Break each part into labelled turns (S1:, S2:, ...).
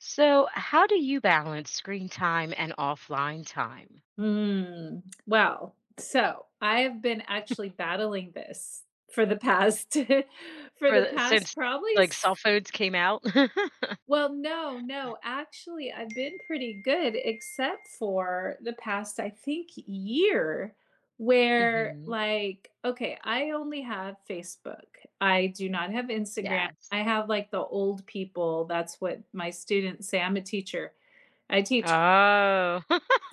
S1: So, how do you balance screen time and offline time
S2: So I have been actually battling this for the past for
S1: for
S2: the
S1: the,
S2: past
S1: since
S2: probably
S1: like
S2: s
S1: cell phones came out?
S2: well, no, no, actually, I've been pretty good except for the past, I think, year where
S1: hmm
S2: like, okay, I only have Facebook. I do not have Instagram.
S1: Yes.
S2: I have like the old people. That's what my students say. I'm a teacher. I teach
S1: Oh,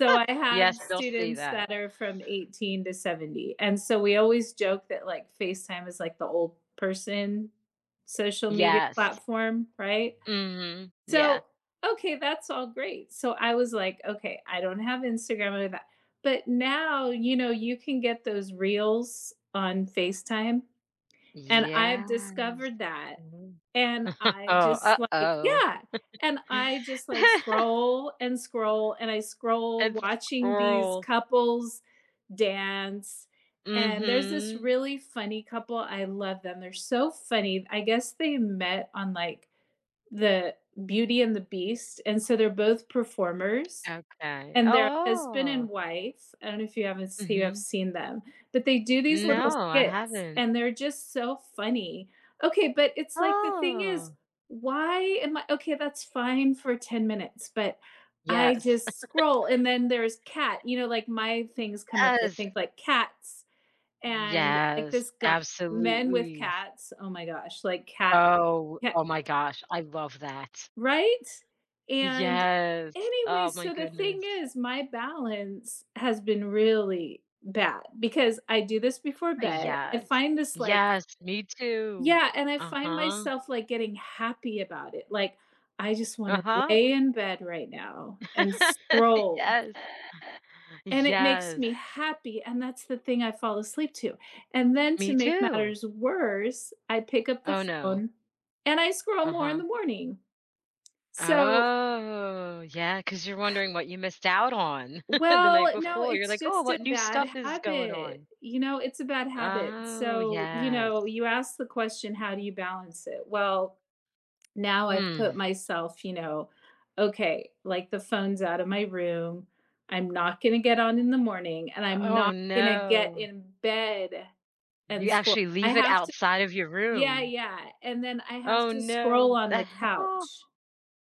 S2: so I have
S1: yes, they'll see
S2: students
S1: that.
S2: that are from 18 to 70. And so we always joke that like FaceTime is like the old person social media
S1: Yes.
S2: platform, right?
S1: hmm Yeah.
S2: So, okay, that's all great. So I was like, okay, I don't have Instagram or that. But now, you can get those reels on FaceTime and I've
S1: Yeah.
S2: discovered that.
S1: Mhm.
S2: And
S1: Oh,
S2: I just
S1: uh
S2: like,
S1: oh.
S2: yeah. And I just like scroll and scroll and I scroll
S1: It's
S2: watching these
S1: cruel.
S2: couples dance. And there's this
S1: Hmm
S2: really funny couple. I love them. They're so funny. I guess they met on like the Beauty and the Beast. And so they're both performers
S1: Okay.
S2: and their husband
S1: Oh.
S2: and wife. I don't know if you haven't You have
S1: hmm
S2: seen them, but they do these little
S1: No, I
S2: skits
S1: haven't.
S2: and they're just so funny. Okay, but it's like the thing is,
S1: Oh.
S2: why am I okay? That's fine for 10 minutes, but I
S1: Yes.
S2: just scroll and then there's cat, like my things come up that
S1: Yes.
S2: think like cats and like
S1: Yes,
S2: this guy, men with
S1: absolutely.
S2: cats. Oh my gosh, like cat,
S1: Oh,
S2: cat.
S1: oh my gosh, I love that.
S2: Right? And
S1: Yes.
S2: anyway,
S1: Oh my
S2: so the thing
S1: goodness.
S2: is, my balance has been really bad because I do this before bed. I
S1: Yes.
S2: find this like
S1: Yes, me too.
S2: yeah, and I find
S1: Uh-huh.
S2: myself like getting happy about it. Like, I just want to
S1: Uh-huh.
S2: lay in bed right now and scroll.
S1: Yes.
S2: And it makes
S1: Yes,
S2: me happy. And that's the thing I fall asleep to. And then to
S1: me
S2: make
S1: too.
S2: matters worse, I pick up the
S1: Oh no.
S2: phone and I scroll more in
S1: Uh-huh.
S2: the morning. So
S1: Oh, yeah, because 'cause you're wondering what you missed out on the night
S2: well, no,
S1: before. You're
S2: it's
S1: like, "Oh,
S2: just a
S1: what new
S2: bad
S1: stuff is going
S2: habit.
S1: on?"
S2: You know, it's a bad habit.
S1: Oh,
S2: So,
S1: yes.
S2: you ask the question, how do you balance it? Well, now I've put
S1: Hmm.
S2: myself, okay, like the phone's out of my room. I'm not going to get on in the morning and I'm
S1: Oh,
S2: not going to get
S1: no.
S2: in bed
S1: You
S2: and scroll.
S1: actually
S2: I
S1: leave it
S2: have to,
S1: outside of your room.
S2: yeah. And then I have
S1: Oh,
S2: to scroll
S1: no.
S2: on
S1: The
S2: the
S1: hell?
S2: couch.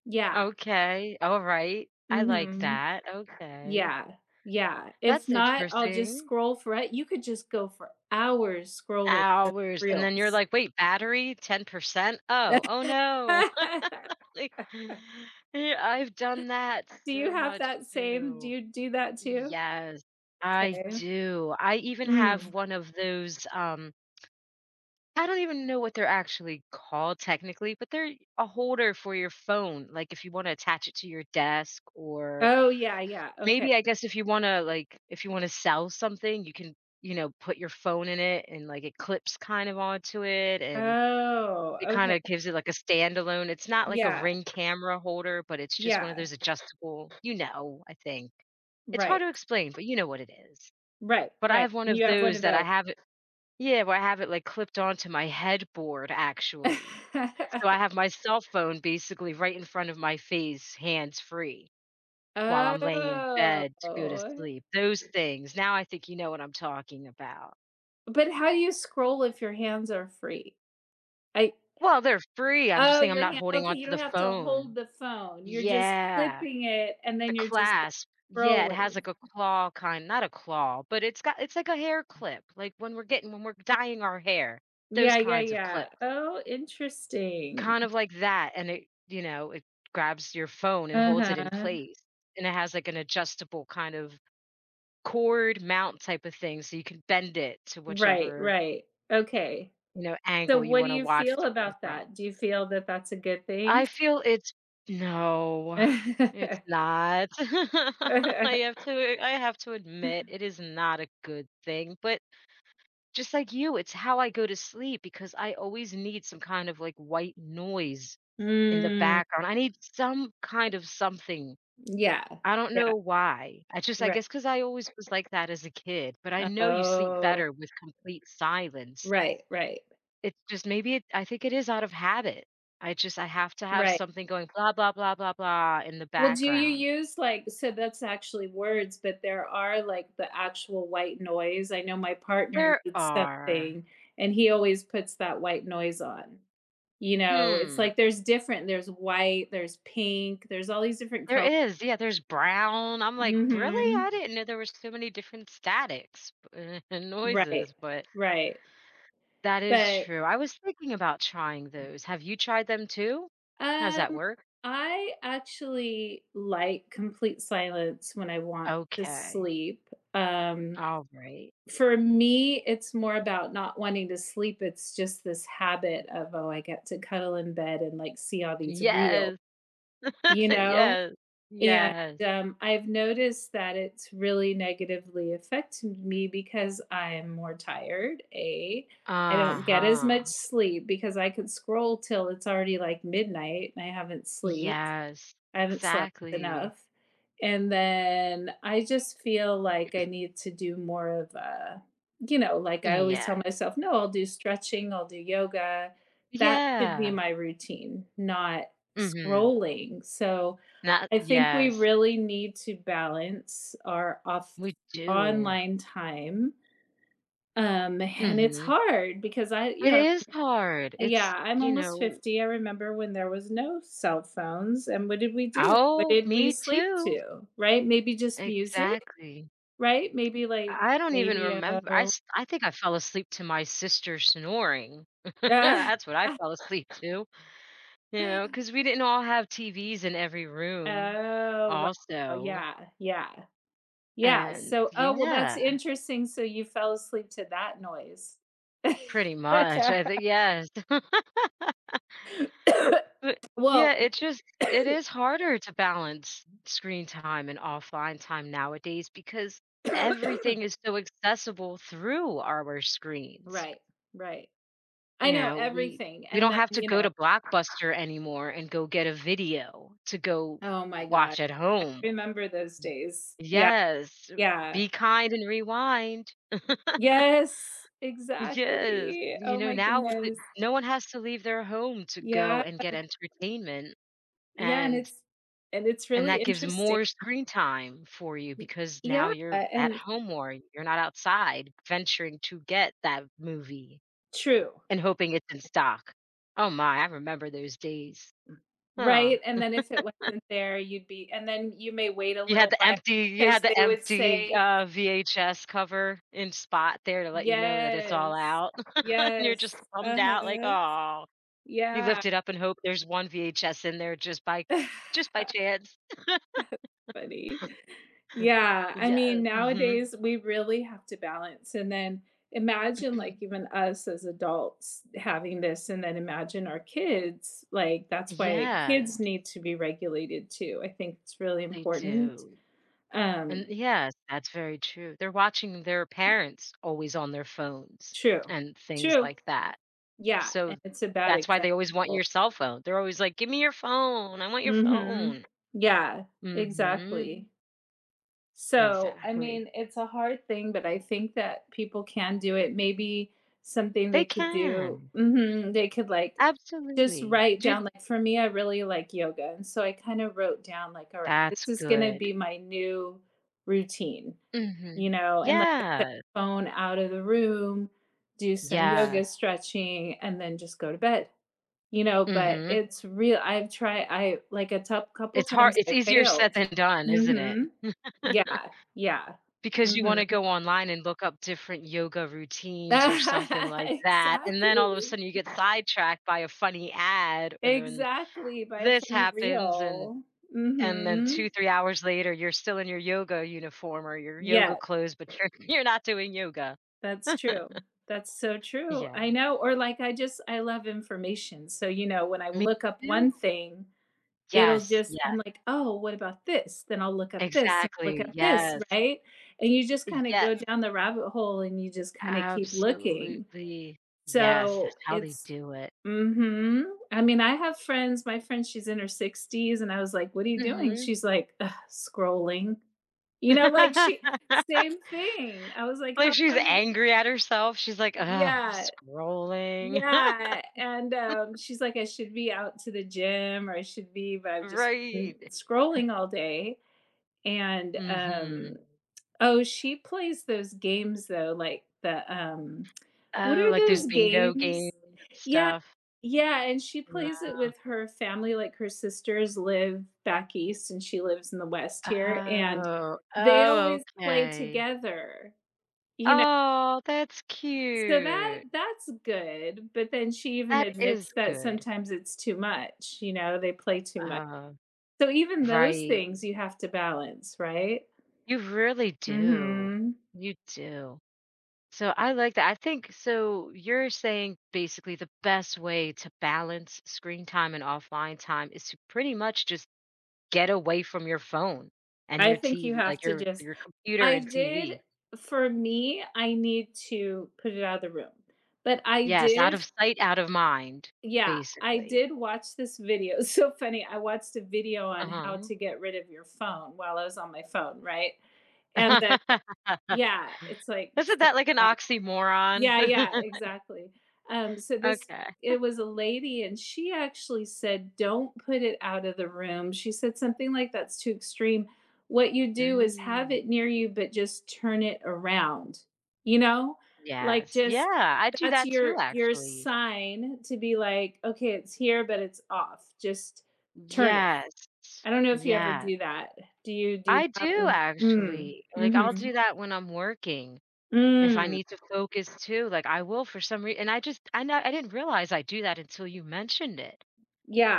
S2: Yeah.
S1: Okay. Alright. I
S2: Mm
S1: like
S2: hmm.
S1: that. Okay.
S2: Yeah, yeah. If
S1: That's
S2: not, I'll just
S1: interesting.
S2: scroll for it. You could just go for hours scrolling the
S1: Hours, and then you're
S2: reels.
S1: like, "Wait, battery, 10%? Oh, oh, no." Like, yeah, I've done that
S2: Do you
S1: so
S2: have
S1: much
S2: that same do
S1: too.
S2: you do that too?
S1: Yes, I
S2: Okay.
S1: do. I even have
S2: Mm.
S1: one of those, I don't even know what they're actually called technically, but they're a holder for your phone. Like if you want to attach it to your desk, or
S2: Oh, yeah, yeah, okay.
S1: maybe I guess if you want to like if you want to sell something, you can, you know, put your phone in it, and like it clips kind of onto it, and
S2: Oh,
S1: it kind
S2: okay.
S1: of gives it like a standalone. It's not like a
S2: Yeah,
S1: ring camera holder, but it's just one of
S2: yeah.
S1: those adjustable, you know, I think. It's hard
S2: Right,
S1: to explain, but you know what it is.
S2: right,
S1: But I
S2: right,
S1: have one
S2: and
S1: of
S2: you have one
S1: those
S2: of
S1: that I
S2: those.
S1: have it, yeah, where I have it like clipped onto my headboard actually, so I have my cell phone basically right in front of my face, hands free, while I'm laying in
S2: Oh.
S1: bed to go to sleep. Those things. Now I think you know what I'm talking about.
S2: But how do you scroll if your hands are free? I
S1: Well, they're free. I'm just
S2: Oh,
S1: saying I'm
S2: your
S1: not
S2: hand.
S1: holding
S2: Okay, you
S1: onto
S2: don't
S1: the
S2: have to hold
S1: phone.
S2: the phone. You're just
S1: Yeah.
S2: clipping it and then
S1: The
S2: you're just like
S1: clasp. Yeah, it has
S2: scrolling.
S1: like a claw kind, not a claw, but it's got it's like a hair clip, like when we're dyeing our hair, those kinds of
S2: Yeah.
S1: clips.
S2: Oh, interesting.
S1: Kind of like that. And it, you know, it grabs your phone and holds it in
S2: Uh-huh.
S1: place. And it has like an adjustable kind of cord mount type of thing, so you can bend it to
S2: Right,
S1: whichever,
S2: right. Okay.
S1: you know,
S2: So
S1: angle you
S2: what do
S1: wanna
S2: you
S1: watch
S2: feel
S1: something
S2: about
S1: from.
S2: that? Do you feel that that's a good thing?
S1: I feel it's no, it's not. I have to admit, it is not a good thing, but just like you, it's how I go to sleep because I always need some kind of, like, white noise in the
S2: Mm,
S1: background. I need some kind of something.
S2: yeah.
S1: I don't
S2: Yeah,
S1: know why. I
S2: right.
S1: guess, because I always was like that as a kid, but I know you sleep
S2: Oh,
S1: better with complete silence.
S2: right, right,
S1: It's just maybe it I think it is out of habit. I have to have
S2: right.
S1: something going blah, blah, blah, blah, blah in the
S2: Well, do you
S1: background.
S2: use like so that's actually words, but there are like the actual white noise. I know my partner
S1: There
S2: needs
S1: are.
S2: something and he always puts that white noise on. You know, it's
S1: Hmm.
S2: like there's different, there's white, there's pink, there's all these different
S1: There
S2: colors.
S1: is. Yeah, there's brown. I'm like, "Really?
S2: Mhm.
S1: I didn't know there was so many different statics and noises,"
S2: Right.
S1: but
S2: Right.
S1: that is
S2: But
S1: true. I was thinking about trying those. Have you tried them too? How's
S2: um
S1: that work?
S2: I actually like complete silence when I want to
S1: Okay.
S2: sleep. Um
S1: All right.
S2: for me, it's more about not wanting to sleep. It's just this habit of, oh, I get to cuddle in bed and like see all these reels,
S1: Yes.
S2: you know?
S1: Yes.
S2: And
S1: Yes.
S2: I've noticed that it's really negatively affected me because I'm more tired. A, I don't get as much
S1: Uh-huh.
S2: sleep because I could scroll till it's already like midnight and I haven't slept.
S1: Yes.
S2: I haven't slept
S1: Exactly.
S2: enough. And then I just feel like I need to do more of a, you know, like I always
S1: Yeah.
S2: tell myself, no, I'll do stretching, I'll do yoga. That should be
S1: Yeah.
S2: my routine, not
S1: Mhm.
S2: scrolling. So
S1: Not
S2: I think we
S1: yes.
S2: really need to balance our off
S1: We do.
S2: online time. And it's
S1: Mhm.
S2: hard because I, you
S1: It
S2: know,
S1: is hard. It's,
S2: yeah, I'm
S1: you
S2: almost
S1: know.
S2: 50. I remember when there was no cell phones and what did we do? What
S1: Oh,
S2: did we
S1: me
S2: sleep
S1: too.
S2: to? Right? Maybe just music,
S1: Exactly.
S2: right? Maybe like
S1: I don't even
S2: radio.
S1: remember. I think I fell asleep to my sister snoring.
S2: Uh,
S1: That's what I fell asleep to. You know, because we didn't all have TVs in every room
S2: Oh, wow.
S1: also,
S2: Yeah. Yeah. Yeah.
S1: and
S2: So, oh, well, that's
S1: yeah,
S2: interesting. So you fell asleep to that noise.
S1: pretty much, I think yes. But, yeah,
S2: Well,
S1: it just it is harder to balance screen time and offline time nowadays because everything is so accessible through our screens.
S2: right. Right. I
S1: You
S2: know
S1: know, we
S2: everything.
S1: we
S2: And
S1: don't
S2: then,
S1: have to
S2: you
S1: go
S2: know
S1: to Blockbuster anymore and go get a video to go
S2: oh my god.
S1: watch at
S2: I
S1: home.
S2: remember those days. Yeah,
S1: Yes,
S2: yeah.
S1: Be Kind and Rewind.
S2: Yes,
S1: Yes,
S2: exactly.
S1: you
S2: Oh
S1: know,
S2: my
S1: now with the
S2: goodness.
S1: no one has to leave their home to go
S2: Yeah,
S1: and get entertainment,
S2: yeah, and
S1: and
S2: it's and it's
S1: and
S2: really
S1: that gives
S2: interesting.
S1: more screen time for you because now
S2: Yeah,
S1: you're at
S2: and
S1: home more, you're not outside venturing to get that movie
S2: true,
S1: and hoping it's in stock. Oh my, I remember those days. Huh.
S2: right? And then if it wasn't there, you'd be and then you may wait a
S1: You had
S2: little
S1: the
S2: while
S1: empty you
S2: because
S1: had the
S2: they would
S1: empty,
S2: say,
S1: VHS cover in spot there to let you know that it's all
S2: "Yes,
S1: out, and you're
S2: yes,
S1: just bummed out like,
S2: uh-huh,
S1: oh. You
S2: yeah."
S1: lift it up and hope there's one VHS in there just by chance.
S2: Funny. Yeah, I mean,
S1: Yes. Mhm.
S2: nowadays we really have to balance. And then imagine, like, even us as adults having this, and then imagine our kids. Like, that's why
S1: Yes,
S2: kids need to be regulated too. I think it's really
S1: they
S2: important.
S1: do.
S2: Um,
S1: And yes, that's very true. They're watching their parents always on their phones
S2: true,
S1: and things
S2: true.
S1: like that.
S2: Yeah,
S1: So
S2: and it's a bad
S1: that's why they
S2: example.
S1: always want your cell phone. They're always like, "Give me your phone. I want your
S2: Hmm.
S1: phone."
S2: Yeah,
S1: Mhm.
S2: exactly. So, I
S1: Exactly.
S2: mean, it's a hard thing, but I think that people can do it. Maybe something they
S1: They
S2: could do
S1: can.
S2: mhm, they could, like, just
S1: Absolutely.
S2: write
S1: Do
S2: down like, for me, I really like yoga, and so I kinda wrote down, like, "Alright,
S1: that's
S2: this is gonna
S1: good.
S2: be my new routine," you
S1: Mhm.
S2: know, and like I said,
S1: Yeah.
S2: phone out of the room, do some
S1: Yeah.
S2: yoga stretching, and then just go to bed, you know, but
S1: Mhm.
S2: it's real I've tried. I like, a tou couple
S1: It's hard
S2: times
S1: it's
S2: I
S1: easier said
S2: failed.
S1: than done, isn't it?
S2: Mhm. Yeah, yeah.
S1: Because you
S2: Mhm.
S1: wanna go online and look up different yoga routines or something like that, and then all of a
S2: Exactly.
S1: sudden you get sidetracked by a funny ad, and then
S2: Exactly, by
S1: this
S2: Finny
S1: happens, and
S2: Real.
S1: and then
S2: Mhm.
S1: 2, 3 hours later, you're still in your yoga uniform or your
S2: Yeah,
S1: yoga clothes, but you're you're not doing yoga.
S2: that's true. That's so true.
S1: Yeah.
S2: I know, or like I love information. So, you know, when I
S1: Me
S2: look up
S1: too.
S2: one thing, it'll
S1: Yes,
S2: just
S1: yeah,
S2: I'm like, "Oh, what about this?" Then I'll look up this, and look
S1: exactly,
S2: up this,
S1: yes,
S2: right? And you just kinda go
S1: yes,
S2: down the rabbit hole and you just kinda keep looking.
S1: absolutely. Yes,
S2: So,
S1: that's how they
S2: it's
S1: do it.
S2: mhm. I mean, I have friends my friend, she's in her 60s, and I was like, "What are you doing?"
S1: Mhm.
S2: She's like, "Ugh, scrolling." You know, like, she same thing. I was like,
S1: Like,
S2: "How
S1: she's
S2: long?"
S1: angry at herself, she's like, ah,
S2: Yeah,
S1: scrolling."
S2: yeah, and, she's like, "I should be out to the gym, or I should be," but I've just been
S1: Right.
S2: scrolling all day. And
S1: Mhm.
S2: oh, she plays those games though, like the what
S1: Oh,
S2: are
S1: like there's
S2: those
S1: bingo games
S2: games?
S1: and
S2: Yeah.
S1: stuff.
S2: Yeah, and she plays it
S1: Wow.
S2: with her family, like her sisters live back east and she lives in the West here, and
S1: Oh.
S2: they
S1: Oh,
S2: always play
S1: okay.
S2: together, you know.
S1: Oh, that's
S2: So that
S1: cute.
S2: that's good, but then she even
S1: That
S2: admits
S1: is
S2: that
S1: good.
S2: sometimes it's too much, you know, they play too much.
S1: Oh,
S2: So even those
S1: right.
S2: things you have to balance, right?
S1: You really do.
S2: Mhm.
S1: You do. So I like that. I think so. You're saying basically the best way to balance screen time and offline time is to pretty much just get away from your phone and
S2: I
S1: your
S2: think you
S1: TV,
S2: have
S1: like
S2: to
S1: your
S2: just
S1: your computer
S2: I
S1: and
S2: did
S1: TV.
S2: for me, I need to put it out of the room. But I
S1: Yes, out
S2: did
S1: of sight, out of mind,
S2: yeah, I
S1: basically.
S2: did watch this video. It's so funny. I watched a video on how
S1: Uh
S2: to get rid of your phone while I was on my phone, right? And
S1: huh.
S2: then yeah, it's like
S1: Isn't
S2: so
S1: that like an oxymoron?
S2: yeah, yeah, exactly. So this
S1: Okay.
S2: it was a lady and she actually said, "Don't put it out of the room." She said something like that's too extreme. What you do is have
S1: Mm,
S2: it near you, but just turn it around. You know? Like
S1: yes.
S2: just
S1: Yeah, I do
S2: that's
S1: that too,
S2: your
S1: actually.
S2: sign to be like, "Okay, it's here, but it's off. Just turn it."
S1: Yes.
S2: I don't know if you ever
S1: Yes.
S2: do that. Do you do
S1: I
S2: that
S1: do
S2: when you're mm.
S1: actually, like, I'll do
S2: Mhm.
S1: that when I'm working. If I
S2: Mm.
S1: need to focus too, like, I will for some reason. And I know I didn't realize I do that until you mentioned it,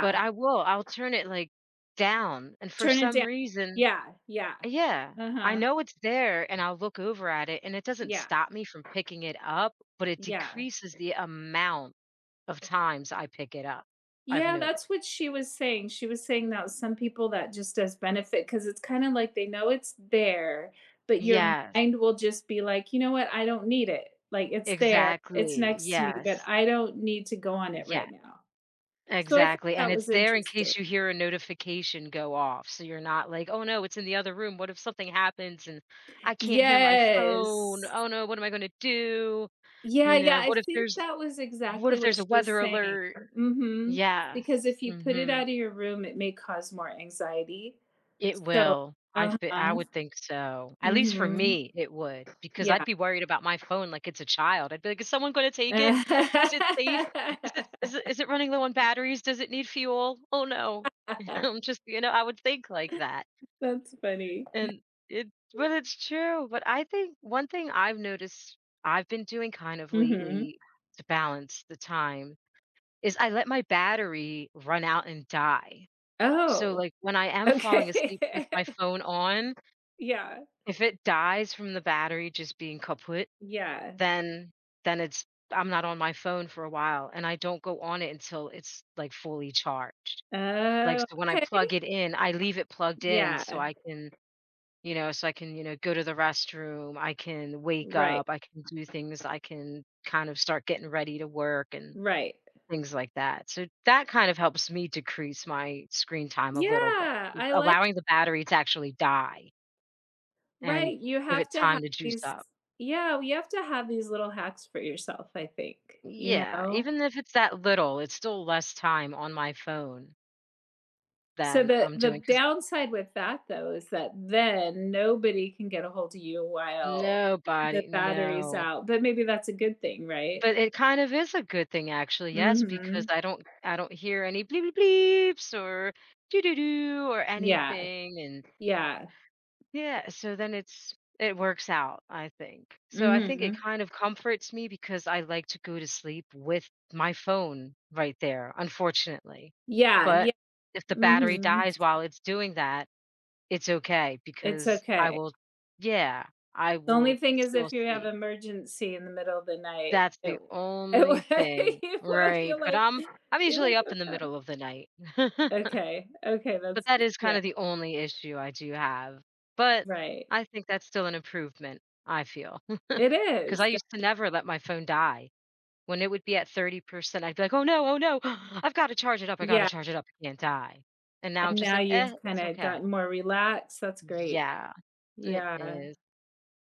S1: but I will, I'll turn it, like, down, and for
S2: Turn it
S1: some
S2: down.
S1: reason.
S2: Yeah, yeah.
S1: Yeah, I
S2: Uh-huh.
S1: know it's there, and I'll look over at it, and it doesn't
S2: Yeah,
S1: stop me from picking it up, but it
S2: yeah.
S1: decreases the amount of times I pick it up, I've
S2: Yeah,
S1: noticed.
S2: that's what she was saying. She was saying that some people that just does benefit because it's kinda like they know it's there, but your
S1: Yes,
S2: mind will just be like, "You know what? I don't need it." Like, "It's there, it's
S1: exactly,
S2: next to me, but
S1: yes.
S2: I don't need to go on it right
S1: Yes.
S2: now." So I thought
S1: Exactly, and
S2: that
S1: it's
S2: was
S1: there in
S2: interesting.
S1: case you hear a notification go off, so you're not like, "Oh, no, it's in the other room. What if something happens and I can't hear my phone?
S2: Yes.
S1: Oh, no, what am I gonna do?"
S2: Yeah,
S1: You
S2: yeah,
S1: know,
S2: I
S1: "What if
S2: think
S1: there's
S2: that was
S1: what
S2: exactly
S1: if
S2: what
S1: there's a
S2: she was
S1: weather
S2: saying.
S1: alert?"
S2: Mhm.
S1: Yes.
S2: Because if you put it
S1: Mhm.
S2: out of your room, it may cause more anxiety.
S1: It
S2: So
S1: will. I
S2: uh-huh.
S1: would think so. At least for
S2: Mhm.
S1: me, it would, because
S2: Yeah.
S1: I'd be worried about my phone like it's a child. I'd be like, "Is someone gonna take it? Is it safe? Is it is it is it running low on batteries? Does it need fuel? Oh, no." I'm just you know, I would think like that,
S2: That's funny.
S1: and it but it's true, but I think one thing I've noticed I've been doing kind of
S2: Mhm.
S1: lately to balance the time is I let my battery run out and die. So,
S2: Oh,
S1: like, when I am falling
S2: okay.
S1: asleep with my phone on,
S2: Yeah.
S1: if it dies from the battery just being kaput,
S2: Yeah.
S1: then then it's I'm not on my phone for a while, and I don't go on it until it's, like, fully charged. Like,
S2: Oh,
S1: so when I
S2: okay.
S1: plug it in, I leave it plugged in so
S2: Yeah.
S1: I can, so I can, you know, go to the restroom, I can wake
S2: Right,
S1: up, I can do things, I can kind of start getting ready to work and
S2: right.
S1: things like that. So that kind of helps me decrease my screen time a little bit,
S2: Yeah, I like
S1: allowing the battery to actually die and
S2: right, you
S1: give
S2: have
S1: it
S2: to
S1: time
S2: have
S1: to juice
S2: these
S1: up.
S2: yeah, you have to have these little hacks for yourself, I think, you
S1: Yeah,
S2: know?
S1: even if it's that little, it's still less time on my phone
S2: So
S1: than I'm doing
S2: the
S1: doing. Cause
S2: downside with that though is that then nobody can get a hold of you while the
S1: nobody
S2: battery's
S1: no.
S2: out, but maybe that's a good thing, right?
S1: But it kind of is a good thing actually, yes, because
S2: Mhm.
S1: I don't hear any bleep bleep bleeps or doo doo doo or
S2: Yeah,
S1: anything, and
S2: yeah.
S1: yeah, so then it's it works out, I think. So I think it
S2: Mhm.
S1: kind of comforts me because I like to go to sleep with my phone right there, unfortunately.
S2: Yeah,
S1: But
S2: yeah,
S1: if the battery
S2: mhm.
S1: dies while it's doing that. It's okay
S2: It's
S1: because I
S2: okay.
S1: will yeah, I
S2: The only
S1: will
S2: thing is if
S1: still
S2: you have
S1: sleep.
S2: emergency in the middle of the night,
S1: That's
S2: it
S1: the only
S2: it
S1: thing,
S2: w will
S1: right, but I'm
S2: you're
S1: usually
S2: like,
S1: up
S2: "Oh,
S1: in the
S2: no."
S1: middle of the night.
S2: Okay, okay,
S1: But
S2: that's
S1: that is
S2: yeah,
S1: kinda the only issue I do have, but
S2: right.
S1: I think that's still an improvement, I feel.
S2: It
S1: Because I
S2: is, d
S1: used to never let my phone die. When it would be at 30%, I'd be like, "Oh no, oh no, I've gotta charge it up, I gotta
S2: yeah,
S1: charge it up, it can't die." And now I'm
S2: and
S1: just
S2: now
S1: like, "Eh,
S2: you've
S1: it's
S2: kinda
S1: okay."
S2: gotten more relaxed, that's great.
S1: Yeah, it
S2: Yeah.
S1: is.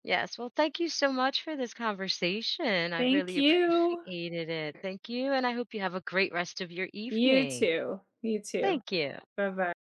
S1: Yes. Well, thank you so much for this conversation. I
S2: Thank
S1: really
S2: you.
S1: appreciated it. Thank you. And I hope you have a great rest of your
S2: You
S1: evening.
S2: too, you too.
S1: Thank you.
S2: Bye-bye.